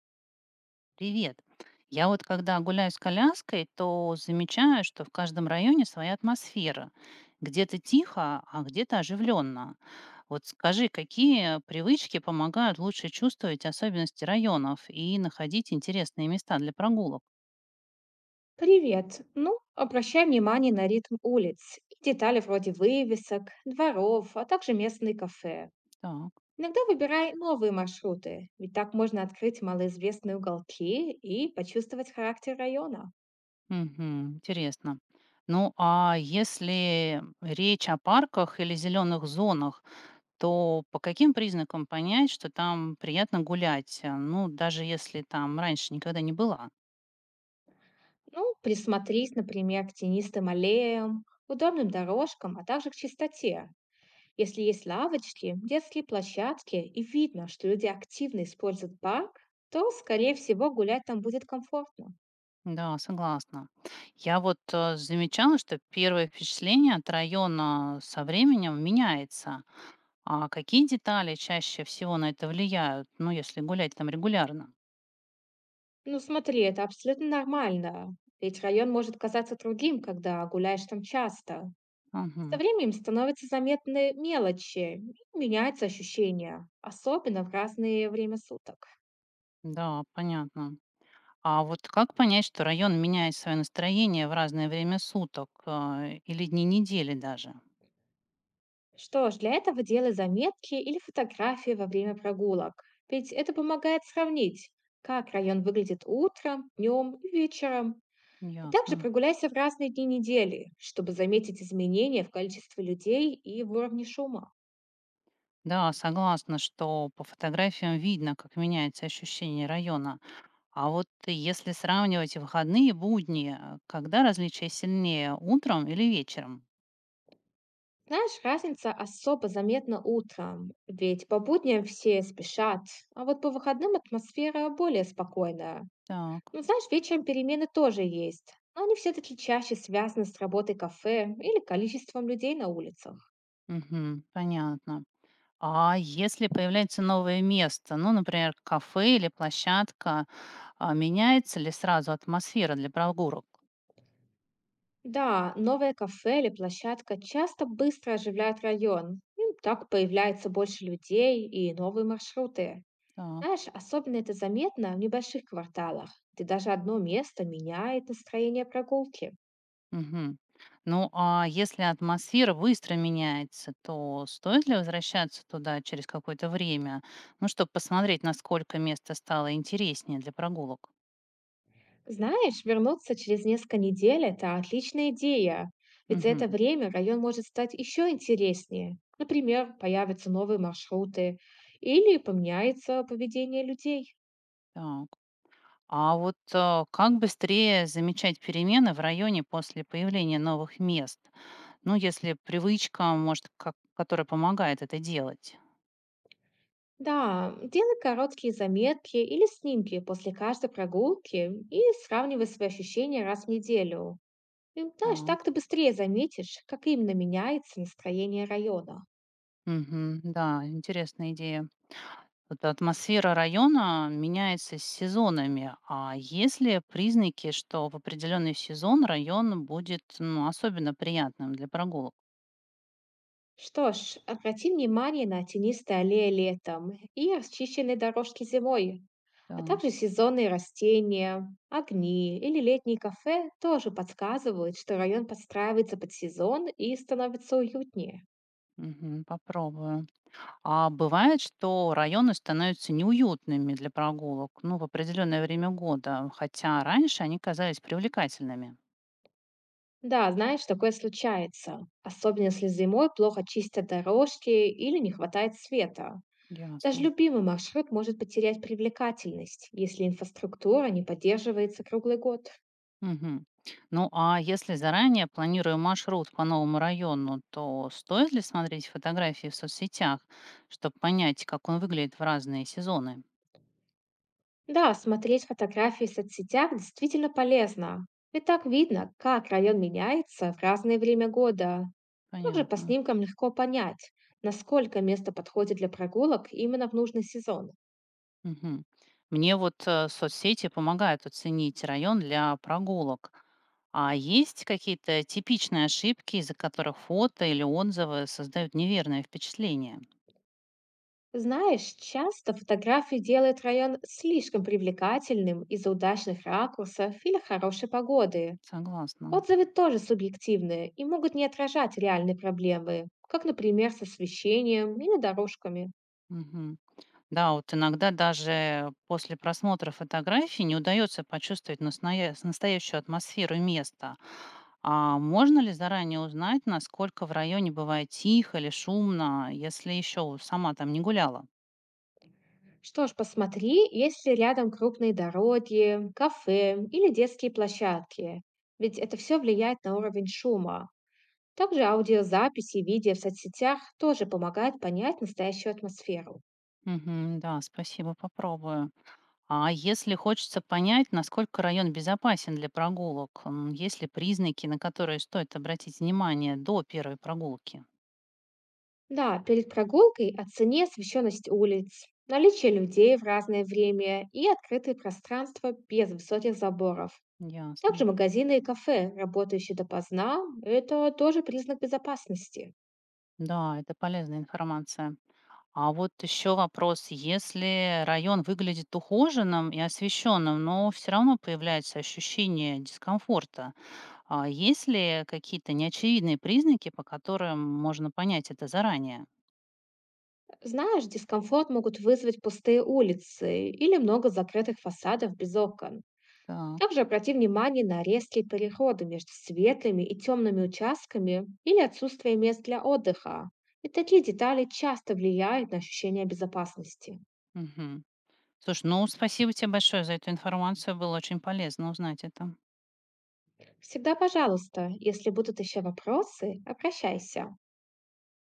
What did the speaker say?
Привет. Я вот когда гуляю с коляской, то замечаю, что в каждом районе своя атмосфера. Где-то тихо, а где-то оживленно. Вот скажи, какие привычки помогают лучше чувствовать особенности районов и находить интересные места для прогулок? Привет. Ну, обращай внимание на ритм улиц и детали вроде вывесок, дворов, а также местные кафе. Так, Иногда выбирай новые маршруты, ведь так можно открыть малоизвестные уголки и почувствовать характер района. мгм, интересно. Ну а если речь о парках или зеленых зонах, то по каким признакам понять, что там приятно гулять, ну даже если там раньше никогда не была? Ну, присмотрись, например, к тенистым аллеям, удобным дорожкам, а также к чистоте. Если есть лавочки, детские площадки и видно, что люди активно используют парк, то, скорее всего, гулять там будет комфортно. Да, согласна. Я вот замечала, что первое впечатление от района со временем меняется. А какие детали чаще всего на это влияют, ну, если гулять там регулярно? Ну смотри, это абсолютно нормально, ведь район может казаться другим, когда гуляешь там часто. Со Мгм. временем становятся заметны мелочи, и меняются ощущения, особенно в разное время суток. Да, понятно. А вот как понять, что район меняет свое настроение в разное время суток или дни недели даже? Что ж, для этого делай заметки или фотографии во время прогулок, ведь это помогает сравнить, как район выглядит утром, днем и вечером. А Ясно. также прогуляйся в разные дни недели, чтобы заметить изменения в количестве людей и в уровне шума. Да, согласна, что по фотографиям видно, как меняется ощущение района. А вот если сравнивать выходные и будни, когда различие сильнее, утром или вечером? Знаешь, разница особо заметна утром, ведь по будням все спешат, а вот по выходным атмосфера более спокойная. Так, Ну, знаешь, вечером перемены тоже есть, но они все-таки чаще связаны с работой кафе или количеством людей на улицах. мгм, понятно. А если появляется новое место, ну, например, кафе или площадка, а меняется ли сразу атмосфера для прогулок? Да, новое кафе или площадка часто быстро оживляют район. И так появляется больше людей и новые маршруты. Так, Знаешь, особенно это заметно в небольших кварталах, где даже одно место меняет настроение прогулки. мгм. Ну, а если атмосфера быстро меняется, то стоит ли возвращаться туда через какое-то время, ну, чтобы посмотреть, насколько место стало интереснее для прогулок? Знаешь, вернуться через несколько недель – это отличная идея, ведь за Мгм. это время район может стать еще интереснее. Например, появятся новые маршруты или поменяется поведение людей. Так. А вот как быстрее замечать перемены в районе после появления новых мест? Ну, если привычка, может, как, которая помогает это делать. Да, делай короткие заметки или снимки после каждой прогулки и сравнивай свои ощущения раз в неделю. И, знаешь, так Так. ты быстрее заметишь, как именно меняется настроение района. Мгм. Да, интересная идея. Вот атмосфера района меняется с сезонами. А есть ли признаки, что в определенный сезон район будет, ну, особенно приятным для прогулок? Что ж, обрати внимание на тенистые аллеи летом и расчищенные дорожки зимой, а Так. также сезонные растения, огни или летние кафе тоже подсказывают, что район подстраивается под сезон и становится уютнее. Мгм. Попробую. А бывает, что районы становятся неуютными для прогулок, ну, в определенное время года, хотя раньше они казались привлекательными. Да, знаешь, такое случается, особенно если зимой плохо чистят дорожки или не хватает света. Даже Ясно. любимый маршрут может потерять привлекательность, если инфраструктура не поддерживается круглый год. Мгм. Ну, а если заранее планирую маршрут по новому району, то стоит ли смотреть фотографии в соцсетях, чтобы понять, как он выглядит в разные сезоны? Да, смотреть фотографии в соцсетях действительно полезно. Ведь так видно, как район меняется в разное время года. Также по Понятно. снимкам легко понять, насколько место подходит для прогулок именно в нужный сезон. Мгм. Мне вот соцсети помогают оценить район для прогулок. А есть какие-то типичные ошибки, из-за которых фото или отзывы создают неверное впечатление? Знаешь, часто фотографии делают район слишком привлекательным из-за удачных ракурсов или хорошей погоды. Согласна. Отзывы тоже субъективные и могут не отражать реальные проблемы, как, например, с освещением или дорожками. Мгм. Да, вот иногда даже после просмотра фотографий не удается почувствовать настоящую атмосферу места. А можно ли заранее узнать, насколько в районе бывает тихо или шумно, если еще сама там не гуляла? Что ж, посмотри, есть ли рядом крупные дороги, кафе или детские площадки. Ведь это все влияет на уровень шума. Также аудиозаписи и видео в соцсетях тоже помогают понять настоящую атмосферу. Мгм. Да, спасибо, попробую. А если хочется понять, насколько район безопасен для прогулок, м, есть ли признаки, на которые стоит обратить внимание до первой прогулки? Да, перед прогулкой оцени освещенность улиц, наличие людей в разное время и открытые пространства без высоких заборов. Ясно. Также магазины и кафе, работающие допоздна, это тоже признак безопасности. Да, это полезная информация. А вот еще вопрос, если район выглядит ухоженным и освещенным, но все равно появляется ощущение дискомфорта, а есть ли какие-то неочевидные признаки, по которым можно понять это заранее? Знаешь, дискомфорт могут вызвать пустые улицы или много закрытых фасадов без окон. Так. Также обрати внимание на резкие переходы между светлыми и темными участками или отсутствие мест для отдыха. Ведь такие детали часто влияют на ощущение безопасности. Мгм. Слушай, ну спасибо тебе большое за эту информацию. Было очень полезно узнать это. Всегда пожалуйста, если будут еще вопросы, обращайся.